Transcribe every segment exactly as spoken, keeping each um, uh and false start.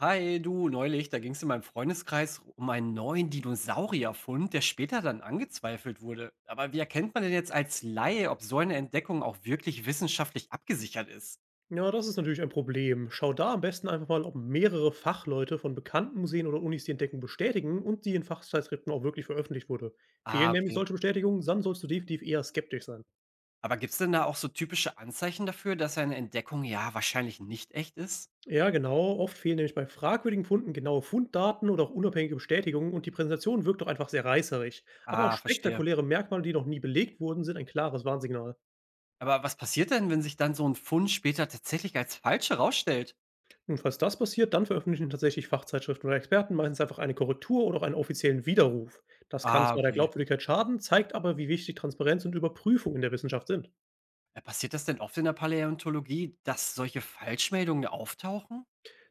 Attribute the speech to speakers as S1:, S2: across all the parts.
S1: Hi, du, neulich, da ging es in meinem Freundeskreis um einen neuen Dinosaurierfund, der später dann angezweifelt wurde. Aber wie erkennt man denn jetzt als Laie, ob so eine Entdeckung auch wirklich wissenschaftlich abgesichert ist?
S2: Ja, das ist natürlich ein Problem. Schau da am besten einfach mal, ob mehrere Fachleute von bekannten Museen oder Unis die Entdeckung bestätigen und die in Fachzeitschriften auch wirklich veröffentlicht wurde.
S1: Ah,
S2: Fehlen nämlich
S1: okay.
S2: solche Bestätigungen, dann sollst du definitiv eher skeptisch sein.
S1: Aber gibt es denn da auch so typische Anzeichen dafür, dass eine Entdeckung ja wahrscheinlich nicht echt ist?
S2: Ja, genau. Oft fehlen nämlich bei fragwürdigen Funden genaue Funddaten oder auch unabhängige Bestätigungen und die Präsentation wirkt doch einfach sehr reißerig. Aber auch
S1: Ah, verstehe.
S2: spektakuläre Merkmale, die noch nie belegt wurden, sind ein klares Warnsignal.
S1: Aber was passiert denn, wenn sich dann so ein Fund später tatsächlich als falsch herausstellt?
S2: Und falls das passiert, dann veröffentlichen tatsächlich Fachzeitschriften oder Experten meistens einfach eine Korrektur oder auch einen offiziellen Widerruf. Das kann
S1: Ah,
S2: zwar der
S1: okay.
S2: Glaubwürdigkeit schaden, zeigt aber, wie wichtig Transparenz und Überprüfung in der Wissenschaft sind.
S1: Äh, Passiert das denn oft in der Paläontologie, dass solche Falschmeldungen auftauchen?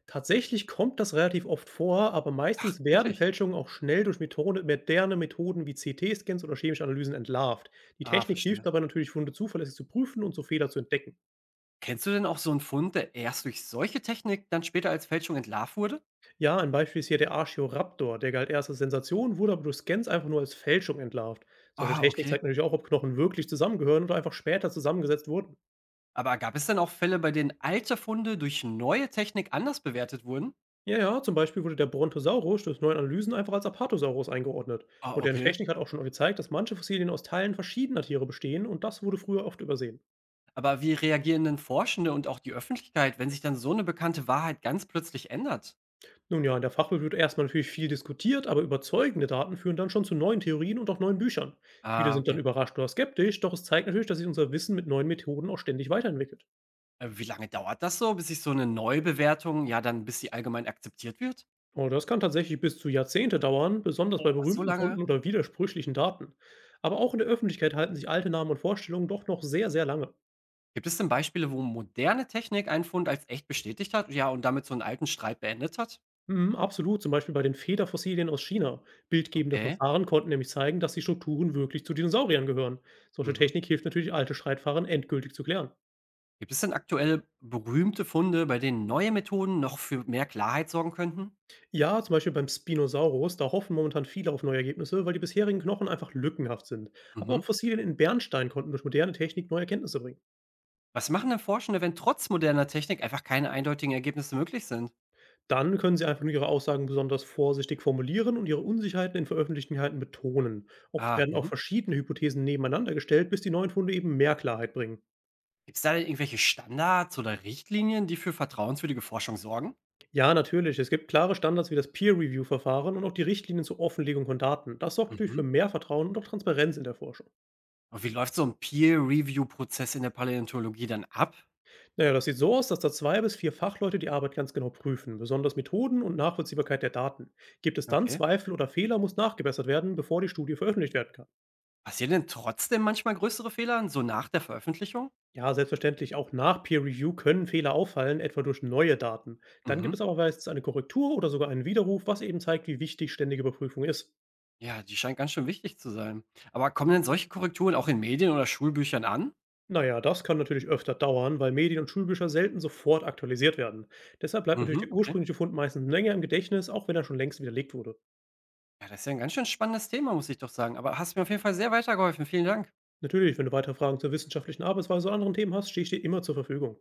S2: Tatsächlich kommt das relativ oft vor, aber meistens werden
S1: Wirklich?
S2: Fälschungen auch schnell durch Methode, moderne Methoden wie C T-Scans oder chemische Analysen entlarvt. Die
S1: Ah,
S2: Technik hilft
S1: verstehe.
S2: dabei natürlich, Funde zuverlässig zu prüfen und so Fehler zu entdecken.
S1: Kennst du denn auch so 'n Fund, der erst durch solche Technik dann später als Fälschung entlarvt wurde?
S2: Ja, ein Beispiel ist hier der Archaeoraptor, der galt erst als Sensation, wurde aber durch Scans einfach nur als Fälschung entlarvt. Solche
S1: Ah,
S2: Technik
S1: okay.
S2: zeigt natürlich auch, ob Knochen wirklich zusammengehören oder einfach später zusammengesetzt wurden.
S1: Aber gab es denn auch Fälle, bei denen alte Funde durch neue Technik anders bewertet wurden?
S2: Ja, ja, zum Beispiel wurde der Brontosaurus durch neue Analysen einfach als Apatosaurus eingeordnet.
S1: Ah,
S2: Moderne
S1: okay.
S2: Technik hat auch schon gezeigt, dass manche Fossilien aus Teilen verschiedener Tiere bestehen und das wurde früher oft übersehen.
S1: Aber wie reagieren denn Forschende und auch die Öffentlichkeit, wenn sich dann so 'ne bekannte Wahrheit ganz plötzlich ändert?
S2: Nun ja, in der Fachwelt wird erstmal natürlich viel diskutiert, aber überzeugende Daten führen dann schon zu neuen Theorien und auch neuen Büchern. Viele
S1: Ah,
S2: sind
S1: okay.
S2: dann überrascht oder skeptisch, doch es zeigt natürlich, dass sich unser Wissen mit neuen Methoden auch ständig weiterentwickelt.
S1: Äh, wie lange dauert das so, bis sich so 'ne Neubewertung ja dann bis sie allgemein akzeptiert wird?
S2: Oh, das kann tatsächlich bis zu Jahrzehnte dauern, besonders
S1: Oh,
S2: bei
S1: so
S2: berühmten
S1: lange?
S2: Funden oder widersprüchlichen Daten. Aber auch in der Öffentlichkeit halten sich alte Namen und Vorstellungen doch noch sehr, sehr lange.
S1: Gibt es denn Beispiele, wo moderne Technik einen Fund als echt bestätigt hat, ja, und damit so 'n alten Streit beendet hat?
S2: Mhm, absolut, zum Beispiel bei den Federfossilien aus China. Bildgebende
S1: Okay.
S2: Verfahren konnten nämlich zeigen, dass die Strukturen wirklich zu Dinosauriern gehören. Solche
S1: Mhm.
S2: Technik hilft natürlich, alte Streitfahren endgültig zu klären.
S1: Gibt es denn aktuell berühmte Funde, bei denen neue Methoden noch für mehr Klarheit sorgen könnten?
S2: Ja, zum Beispiel beim Spinosaurus, da hoffen momentan viele auf neue Ergebnisse, weil die bisherigen Knochen einfach lückenhaft sind. Aber
S1: Mhm.
S2: auch Fossilien in Bernstein konnten durch moderne Technik neue Erkenntnisse bringen.
S1: Was machen denn Forschende, wenn trotz moderner Technik einfach keine eindeutigen Ergebnisse möglich sind?
S2: Dann können Sie einfach nur Ihre Aussagen besonders vorsichtig formulieren und Ihre Unsicherheiten in veröffentlichten Inhalten betonen. Oft
S1: Ah,
S2: werden auch
S1: mhm.
S2: verschiedene Hypothesen nebeneinander gestellt, bis die neuen Funde eben mehr Klarheit bringen.
S1: Gibt es da denn irgendwelche Standards oder Richtlinien, die für vertrauenswürdige Forschung sorgen?
S2: Ja, natürlich, es gibt klare Standards wie das Peer-Review-Verfahren und auch die Richtlinien zur Offenlegung von Daten. Das sorgt natürlich
S1: Mhm.
S2: für mehr Vertrauen und auch Transparenz in der Forschung.
S1: Und wie läuft so ein Peer-Review-Prozess in der Paläontologie dann ab?
S2: Naja, das sieht so aus, dass da zwei bis vier Fachleute die Arbeit ganz genau prüfen, besonders Methoden und Nachvollziehbarkeit der Daten. Gibt es dann
S1: Okay.
S2: Zweifel oder Fehler, muss nachgebessert werden, bevor die Studie veröffentlicht werden kann.
S1: Passieren denn trotzdem manchmal größere Fehler, so nach der Veröffentlichung?
S2: Ja, selbstverständlich. Auch nach Peer Review können Fehler auffallen, etwa durch neue Daten. Dann gibt
S1: Mhm.
S2: es aber meistens eine Korrektur oder sogar einen Widerruf, was eben zeigt, wie wichtig ständige Überprüfung ist.
S1: Ja, die scheint ganz schön wichtig zu sein. Aber kommen denn solche Korrekturen auch in Medien oder Schulbüchern an?
S2: Naja, das kann natürlich öfter dauern, weil Medien und Schulbücher selten sofort aktualisiert werden. Deshalb bleibt natürlich
S1: Mhm,
S2: der
S1: okay.
S2: ursprüngliche Fund meistens länger im Gedächtnis, auch wenn er schon längst widerlegt wurde.
S1: Ja, das ist ja 'n ganz schön spannendes Thema, muss ich doch sagen. Aber hast mir auf jeden Fall sehr weitergeholfen. Vielen Dank.
S2: Natürlich, wenn du weitere Fragen zur wissenschaftlichen Arbeitsweise oder anderen Themen hast, stehe ich dir immer zur Verfügung.